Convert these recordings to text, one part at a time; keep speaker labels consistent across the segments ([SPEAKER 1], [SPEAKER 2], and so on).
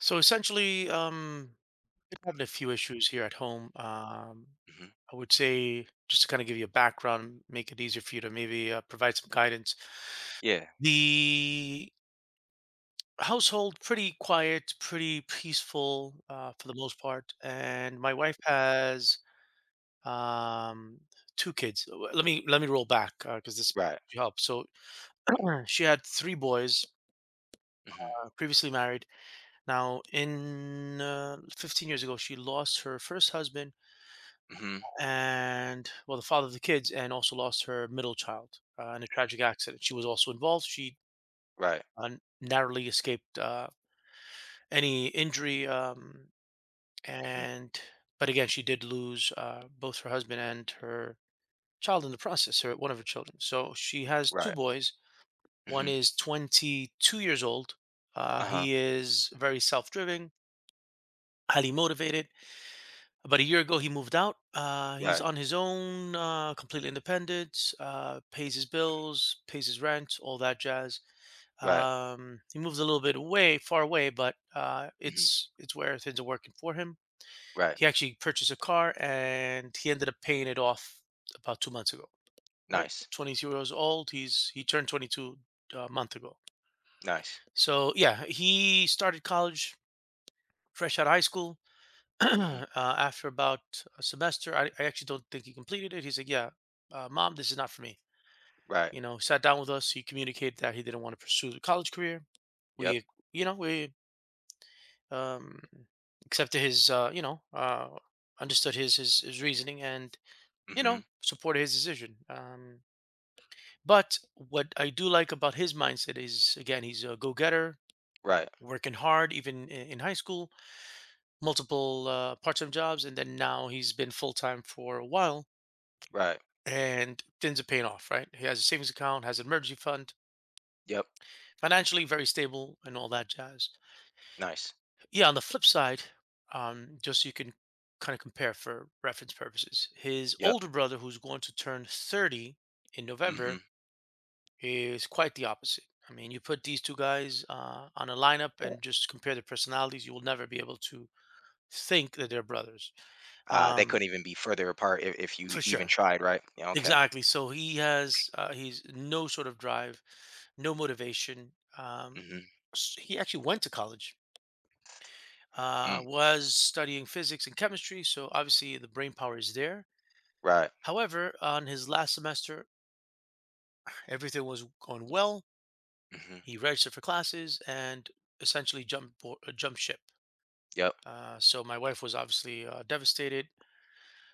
[SPEAKER 1] So essentially, um, been having a few issues here at home.
[SPEAKER 2] Mhm.
[SPEAKER 1] I would say just to kind of give you a background, make it easier for you to maybe provide some guidance.
[SPEAKER 2] Yeah.
[SPEAKER 1] The household pretty quiet, pretty peaceful for the most part, and my wife has um, two kids. Let me roll back because this
[SPEAKER 2] Right.
[SPEAKER 1] helps. So she had three boys,
[SPEAKER 2] Mhm.
[SPEAKER 1] previously married. Now, in 15 years ago, she lost her first husband
[SPEAKER 2] Mhm.
[SPEAKER 1] and, well, the father of the kids, and also lost her middle child in a tragic accident. She was also involved. She
[SPEAKER 2] Right.
[SPEAKER 1] uh, narrowly escaped any injury,
[SPEAKER 2] Mhm.
[SPEAKER 1] and but again, she did lose both her husband and her child in the process, her, one of her children. So she has two
[SPEAKER 2] Right.
[SPEAKER 1] boys. One
[SPEAKER 2] Mhm.
[SPEAKER 1] is 22 years old.
[SPEAKER 2] Uh-huh.
[SPEAKER 1] He is very self-driven, highly motivated. About a year ago, he moved out. He's
[SPEAKER 2] Right.
[SPEAKER 1] on his own, completely independent. Pays his bills, pays his rent, all that jazz.
[SPEAKER 2] Right.
[SPEAKER 1] He moves a little bit away, far away, but
[SPEAKER 2] Mhm.
[SPEAKER 1] it's where things are working for him.
[SPEAKER 2] Right.
[SPEAKER 1] He actually purchased a car, and he ended up paying it off about 2 months ago. Right,
[SPEAKER 2] Nice.
[SPEAKER 1] 22 years old. He turned 22 a month ago.
[SPEAKER 2] Nice.
[SPEAKER 1] So yeah, he started college fresh out of high school,
[SPEAKER 2] Mhm.
[SPEAKER 1] after about a semester. I actually don't think he completed it. He's like, yeah, mom, this is not for me.
[SPEAKER 2] Right.
[SPEAKER 1] You know, sat down with us. He communicated that he didn't want to pursue the college career.
[SPEAKER 2] Yep.
[SPEAKER 1] We, we um, accepted his, understood his reasoning, and you
[SPEAKER 2] Mhm.
[SPEAKER 1] know, supported his decision. But what I do like about his mindset is, again, he's a go-getter,
[SPEAKER 2] Right.
[SPEAKER 1] working hard, even in high school, multiple part-time jobs, and then now he's been full-time for a while,
[SPEAKER 2] Right.
[SPEAKER 1] and it ends up paying off, right? He has a savings account, has an emergency fund,
[SPEAKER 2] Yep.
[SPEAKER 1] financially very stable and all that jazz.
[SPEAKER 2] Nice.
[SPEAKER 1] Yeah, on the flip side, just so you can kind of compare for reference purposes, his
[SPEAKER 2] Yep.
[SPEAKER 1] older brother, who's going to turn 30 in
[SPEAKER 2] Mhm.
[SPEAKER 1] November, is quite the opposite. I mean, you put these two guys on a lineup
[SPEAKER 2] Right.
[SPEAKER 1] and just compare their personalities, you will never be able to think that they're brothers.
[SPEAKER 2] Ah, they
[SPEAKER 1] Um,
[SPEAKER 2] couldn't even be further apart if you
[SPEAKER 1] for
[SPEAKER 2] even
[SPEAKER 1] sure.
[SPEAKER 2] tried, right? Yeah, okay.
[SPEAKER 1] Exactly. So he has he's no sort of drive, no motivation. Um,
[SPEAKER 2] Mhm.
[SPEAKER 1] he actually went to college,
[SPEAKER 2] Mm.
[SPEAKER 1] was studying physics and chemistry, so obviously the brain power is there.
[SPEAKER 2] Right.
[SPEAKER 1] However, on his last semester, everything was going well.
[SPEAKER 2] Mhm.
[SPEAKER 1] He registered for classes and jumped ship.
[SPEAKER 2] Yep.
[SPEAKER 1] So my wife was obviously devastated,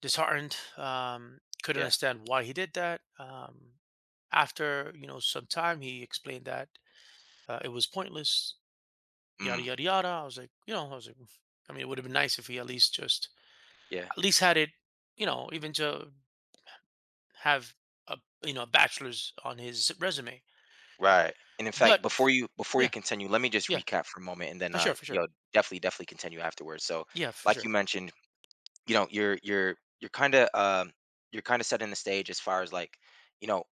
[SPEAKER 1] disheartened. Couldn't
[SPEAKER 2] Yeah.
[SPEAKER 1] understand why he did that. After, you know, some time, he explained that it was pointless. Yada
[SPEAKER 2] Mm.
[SPEAKER 1] yada yada. I was like, you know, I was like, I mean, it would have been nice if he at least just
[SPEAKER 2] Yeah.
[SPEAKER 1] at least had it, you know, even to have a, you know, a bachelor's on his resume.
[SPEAKER 2] Right. And in fact,
[SPEAKER 1] But
[SPEAKER 2] before you
[SPEAKER 1] yeah,
[SPEAKER 2] continue, let me just
[SPEAKER 1] yeah,
[SPEAKER 2] recap for a moment and then
[SPEAKER 1] for sure, for sure.
[SPEAKER 2] you'll definitely continue afterwards. So,
[SPEAKER 1] Yeah, for
[SPEAKER 2] like you
[SPEAKER 1] sure.
[SPEAKER 2] mentioned, you're kind of you're kind of setting the stage as far as like you know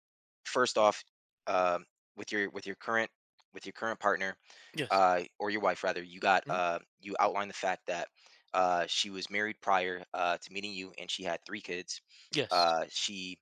[SPEAKER 2] first off um with your current partner,
[SPEAKER 1] Yes.
[SPEAKER 2] or your wife rather,
[SPEAKER 1] Hmm.
[SPEAKER 2] you outlined the fact that she was married prior, to meeting you, and she had three kids.
[SPEAKER 1] Yes.
[SPEAKER 2] She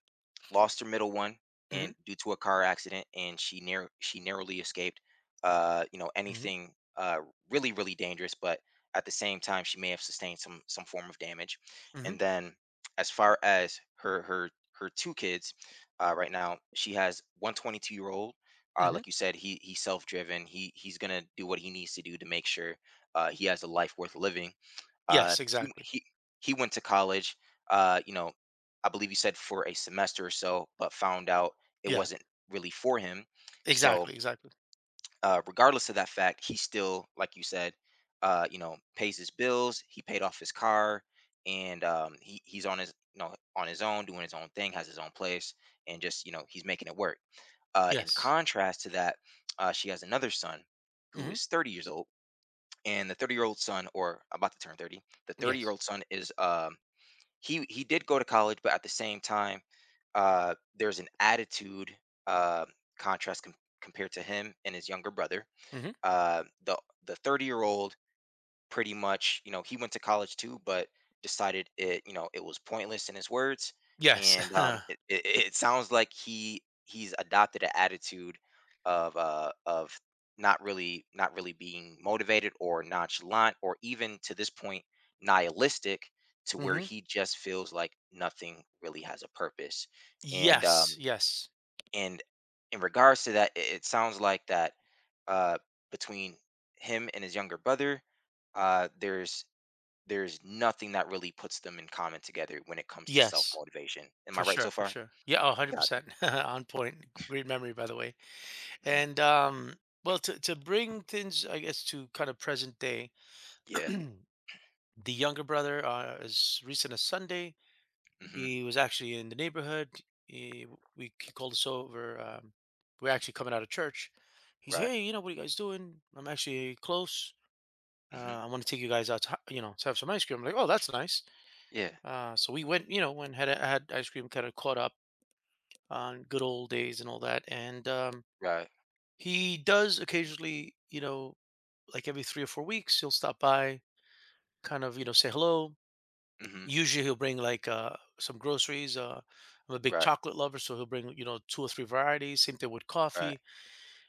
[SPEAKER 2] lost her middle one,
[SPEAKER 1] Hmm.
[SPEAKER 2] and due to a car accident, and she narrowly escaped
[SPEAKER 1] Hmm.
[SPEAKER 2] anything really dangerous, but at the same time she may have sustained some form of damage.
[SPEAKER 1] Hmm.
[SPEAKER 2] And then as far as her two kids, right now she has one 22-year-old, like
[SPEAKER 1] Hmm.
[SPEAKER 2] you said, he's self-driven. He's gonna do what he needs to do to make sure he has a life worth living. Uh,
[SPEAKER 1] Yes,
[SPEAKER 2] he
[SPEAKER 1] exactly.
[SPEAKER 2] he he went to college. Uh, you know, I believe you said for a semester or so, but found out it
[SPEAKER 1] Yeah,
[SPEAKER 2] wasn't really for him. So,
[SPEAKER 1] exactly, exactly.
[SPEAKER 2] regardless of that fact, he still, like you said, pays his bills. He paid off his car, and he's on his on his own, doing his own thing, has his own place, and just he's making it work. In
[SPEAKER 1] Yes.
[SPEAKER 2] contrast to that, she has another son who
[SPEAKER 1] Hmm.
[SPEAKER 2] is 30 years old, and the 30-year-old son, or about to turn 30, the 30 year
[SPEAKER 1] Yes.
[SPEAKER 2] old son is he did go to college, but at the same time, there's an attitude, uh, contrast com- compared to him and his younger brother.
[SPEAKER 1] Hmm.
[SPEAKER 2] Uh, the the 30-year-old pretty much, he went to college too, but decided it, it was pointless in his words.
[SPEAKER 1] Yes.
[SPEAKER 2] And it, it, it sounds like he's adopted an attitude of not really being motivated or nonchalant or even to this point nihilistic, to where
[SPEAKER 1] Hmm.
[SPEAKER 2] he just feels like nothing really has a purpose. And
[SPEAKER 1] Yes.
[SPEAKER 2] um,
[SPEAKER 1] Yes.
[SPEAKER 2] and in regards to that, it sounds like that, uh, between him and his younger brother, uh, there's there's nothing that really puts them in common together when it comes to self
[SPEAKER 1] Yes.
[SPEAKER 2] motivation. Am I
[SPEAKER 1] For
[SPEAKER 2] right so
[SPEAKER 1] sure, for
[SPEAKER 2] far?
[SPEAKER 1] sure. Yeah, oh,
[SPEAKER 2] Gotcha.
[SPEAKER 1] 100% on point. Great memory, by the way.
[SPEAKER 2] Hmm.
[SPEAKER 1] And well, to bring things, I guess, to kind of present day,
[SPEAKER 2] Yeah.
[SPEAKER 1] the younger brother, as recent as Sunday,
[SPEAKER 2] Hmm.
[SPEAKER 1] he was actually in the neighborhood. He called us over. We're actually coming out of church. He's,
[SPEAKER 2] Right.
[SPEAKER 1] hey, you know, what are you guys doing? I'm actually close. Uh,
[SPEAKER 2] Hmm.
[SPEAKER 1] I want to take you guys out to, you know, to have some ice cream. I'm like, oh, that's nice.
[SPEAKER 2] Yeah.
[SPEAKER 1] So we went, you know, went had ice cream, kind of caught up on good old days and all that. And
[SPEAKER 2] Right.
[SPEAKER 1] he does occasionally, you know, like every 3 or 4 weeks, he'll stop by, kind of, you know, say hello.
[SPEAKER 2] Hmm.
[SPEAKER 1] Usually he'll bring like some groceries. I'm a big
[SPEAKER 2] Right.
[SPEAKER 1] chocolate lover, so he'll bring, you know, two or three varieties. Same thing with
[SPEAKER 2] Right.
[SPEAKER 1] coffee.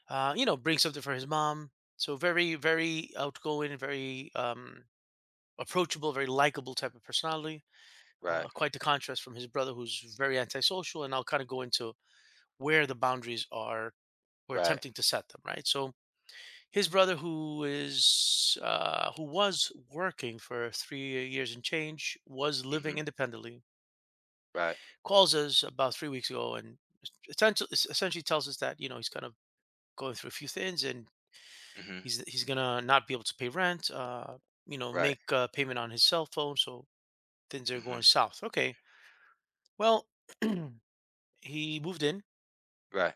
[SPEAKER 1] You know, bring something for his mom. So very, very outgoing, very approachable, very likable type of personality.
[SPEAKER 2] Right.
[SPEAKER 1] Quite the contrast from his brother, who's very antisocial. And I'll kind of go into where the boundaries are or
[SPEAKER 2] Right.
[SPEAKER 1] attempting to set them right. So his brother, who is who was working for 3 years and change, was living
[SPEAKER 2] Hmm.
[SPEAKER 1] independently,
[SPEAKER 2] Right.
[SPEAKER 1] calls us about 3 weeks ago and essentially tells us that, you know, he's kind of going through a few things and
[SPEAKER 2] Hmm.
[SPEAKER 1] he's gonna not be able to pay rent, you know,
[SPEAKER 2] Right.
[SPEAKER 1] make a payment on his cell phone, so things are
[SPEAKER 2] Hmm.
[SPEAKER 1] going south. Okay, well, he moved in,
[SPEAKER 2] Right.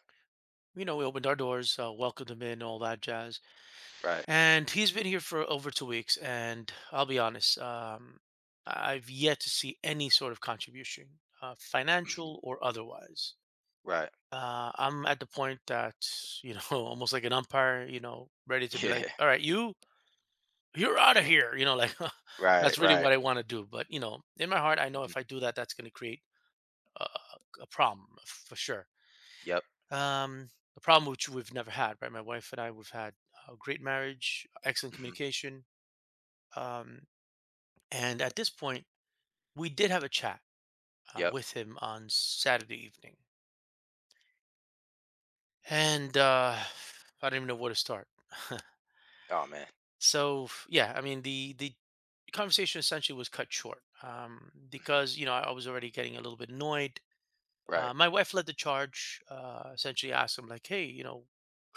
[SPEAKER 1] you know, we opened our doors, welcomed him in, all that jazz,
[SPEAKER 2] Right.
[SPEAKER 1] and he's been here for over 2 weeks, and I'll be honest, I've yet to see any sort of contribution,
[SPEAKER 2] Hmm.
[SPEAKER 1] financial or otherwise.
[SPEAKER 2] Right.
[SPEAKER 1] I'm at the point that, you know, almost like an umpire, you know, ready to be like,
[SPEAKER 2] Yeah.
[SPEAKER 1] all right, you're out of here, you know, like
[SPEAKER 2] Right.
[SPEAKER 1] that's really
[SPEAKER 2] Right.
[SPEAKER 1] what I want to do. But you know, in my heart, I know
[SPEAKER 2] Hmm.
[SPEAKER 1] if I do that, that's going to create a, a problem for sure.
[SPEAKER 2] Yep.
[SPEAKER 1] um, a problem which we've never had, right? My wife and I, we've had a great marriage, excellent
[SPEAKER 2] Hmm.
[SPEAKER 1] communication. um, And at this point, we did have a chat
[SPEAKER 2] Yep.
[SPEAKER 1] with him on Saturday evening. And I don't even know where to start.
[SPEAKER 2] Oh man.
[SPEAKER 1] So yeah, I mean, the conversation essentially was cut short,
[SPEAKER 2] Hmm.
[SPEAKER 1] because you know, I was already getting a little bit annoyed.
[SPEAKER 2] Right.
[SPEAKER 1] My wife led the charge. Essentially, asked him like, "Hey, you know,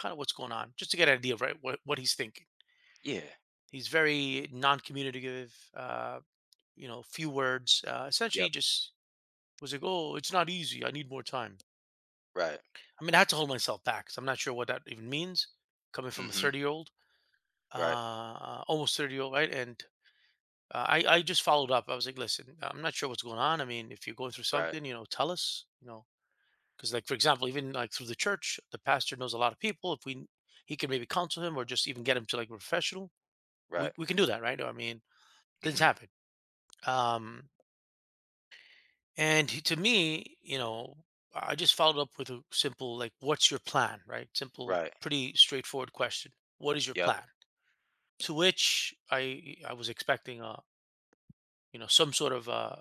[SPEAKER 1] kind of what's going on?" Just to get an idea of, right, what he's thinking.
[SPEAKER 2] Yeah.
[SPEAKER 1] He's very non-communicative. You know, few words. Essentially,
[SPEAKER 2] Yep.
[SPEAKER 1] just was like, "Oh, it's not easy. I need more time."
[SPEAKER 2] Right.
[SPEAKER 1] I mean, I had to hold myself back because I'm not sure what that even means coming from a
[SPEAKER 2] Mhm.
[SPEAKER 1] 30-year-old,
[SPEAKER 2] Right.
[SPEAKER 1] almost 30-year-old, right? And I just followed up. I was like, listen, I'm not sure what's going on. I mean, if you're going through
[SPEAKER 2] Right.
[SPEAKER 1] something, you know, tell us, you know, because like, for example, even like through the church, the pastor knows a lot of people. If we, He can maybe counsel him or just even get him to like a professional.
[SPEAKER 2] Right.
[SPEAKER 1] We can do that, right? I mean, things
[SPEAKER 2] Mhm.
[SPEAKER 1] happen. Um, And to me, you know, I just followed up with a simple, like, what's your plan? Right? Simple,
[SPEAKER 2] Right.
[SPEAKER 1] pretty straightforward question. What is your
[SPEAKER 2] Yep.
[SPEAKER 1] plan? To which I was expecting you know, some sort of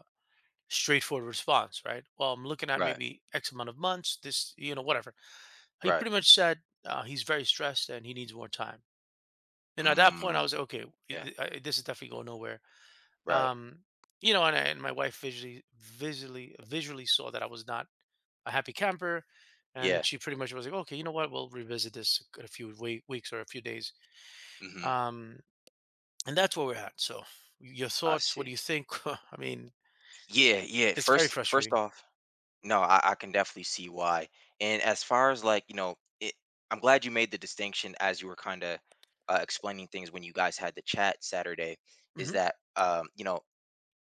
[SPEAKER 1] straightforward response, right? Well, I'm looking at
[SPEAKER 2] Right.
[SPEAKER 1] maybe X amount of months, this, you know, whatever. He
[SPEAKER 2] Right.
[SPEAKER 1] pretty much said he's very stressed and he needs more time. And at that point, I
[SPEAKER 2] Mm.
[SPEAKER 1] was like, okay,
[SPEAKER 2] Yeah.
[SPEAKER 1] i- i- this is definitely going nowhere.
[SPEAKER 2] Right.
[SPEAKER 1] Um, you know, and, I, and my wife visually saw that I was not a happy camper. And
[SPEAKER 2] Yeah.
[SPEAKER 1] she pretty much was like, okay, you know what? We'll revisit this in a few weeks or a few days.
[SPEAKER 2] Mhm.
[SPEAKER 1] Um, and that's where we're at. So, your
[SPEAKER 2] I
[SPEAKER 1] thoughts? What do
[SPEAKER 2] see.
[SPEAKER 1] you think? I mean,
[SPEAKER 2] Yeah. Yeah.
[SPEAKER 1] it's very
[SPEAKER 2] First. First
[SPEAKER 1] frustrating.
[SPEAKER 2] off, no, I can definitely see why. And as far as, like, I'm glad you made the distinction as you were kind of explaining things when you guys had the chat Saturday. Is
[SPEAKER 1] Hmm.
[SPEAKER 2] that,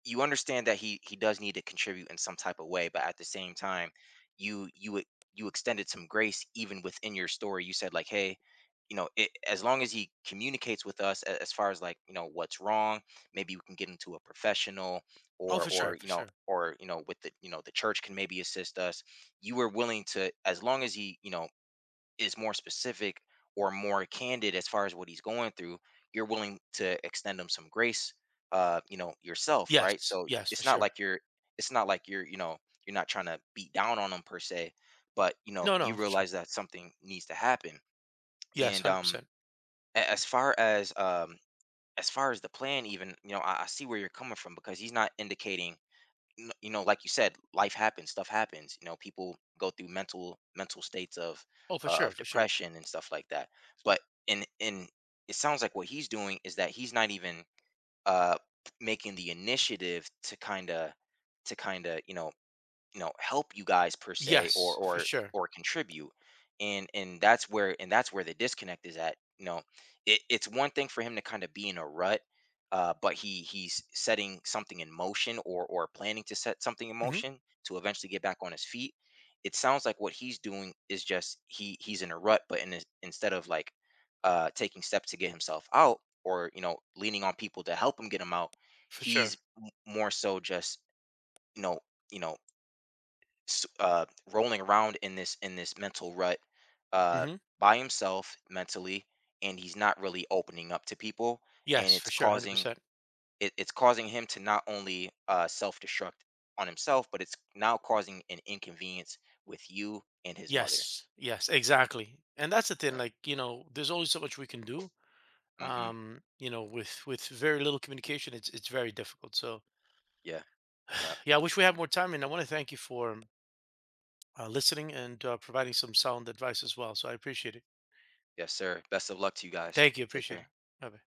[SPEAKER 2] you understand that he does need to contribute in some type of way, but at the same time, you you e- you extended some grace even within your story. You said, like, hey, as long as he communicates with us as far as, like, you know what's wrong, maybe we can get into a professional
[SPEAKER 1] Oh,
[SPEAKER 2] or
[SPEAKER 1] for sure,
[SPEAKER 2] or you
[SPEAKER 1] for
[SPEAKER 2] know
[SPEAKER 1] sure.
[SPEAKER 2] or you know with the you know the church can maybe assist us. You were willing to, as long as he is more specific or more candid as far as what he's going through, you're willing to extend him some grace, yourself, right?
[SPEAKER 1] Yes,
[SPEAKER 2] So
[SPEAKER 1] yes, for
[SPEAKER 2] it's not
[SPEAKER 1] sure.
[SPEAKER 2] like you're, it's not like you're, you're not trying to beat down on him per se, but,
[SPEAKER 1] No,
[SPEAKER 2] you
[SPEAKER 1] no, for sure.
[SPEAKER 2] realize that something needs to happen.
[SPEAKER 1] Yes,
[SPEAKER 2] And
[SPEAKER 1] hundred percent.
[SPEAKER 2] a- as far as um, as far as the plan, even, I see where you're coming from, because he's not indicating. Like you said, life happens, stuff happens, people go through mental states of
[SPEAKER 1] Oh, for
[SPEAKER 2] uh,
[SPEAKER 1] sure,
[SPEAKER 2] of
[SPEAKER 1] for sure.
[SPEAKER 2] depression and stuff like that, but in it sounds like what he's doing is that he's not even uh making the initiative to kind of help you guys per se or
[SPEAKER 1] Yes, for
[SPEAKER 2] or
[SPEAKER 1] sure.
[SPEAKER 2] or contribute, and that's where the disconnect is at. It's one thing for him to kind of be in a rut, but he's setting something in motion, or planning to set something in
[SPEAKER 1] Hmm.
[SPEAKER 2] motion, to eventually get back on his feet. It sounds like what he's doing is just he's in a rut, but instead of, like, taking steps to get himself out, or you know leaning on people to help him get him out,
[SPEAKER 1] For
[SPEAKER 2] he's
[SPEAKER 1] sure.
[SPEAKER 2] more so just you know you know rolling around in this mental rut, uh,
[SPEAKER 1] Hmm.
[SPEAKER 2] by himself mentally, and he's not really opening up to people, and
[SPEAKER 1] Yes,
[SPEAKER 2] it's
[SPEAKER 1] for sure, hundred
[SPEAKER 2] causing,
[SPEAKER 1] percent.
[SPEAKER 2] him to not only self-destruct on himself, but it's now causing an inconvenience with you and his mother.
[SPEAKER 1] Yes, yes, exactly. And that's the thing.
[SPEAKER 2] Yeah.
[SPEAKER 1] Like, you know, there's only so much we can do.
[SPEAKER 2] Mm-hmm.
[SPEAKER 1] You know, with very little communication, it's very difficult. So
[SPEAKER 2] Yeah. Yeah.
[SPEAKER 1] yeah, I wish we had more time, and I want to thank you for listening and providing some sound advice as well. So I appreciate it.
[SPEAKER 2] Yes, sir. Best of luck to you guys.
[SPEAKER 1] Thank you,
[SPEAKER 2] Take
[SPEAKER 1] appreciate it.
[SPEAKER 2] care.
[SPEAKER 1] Bye.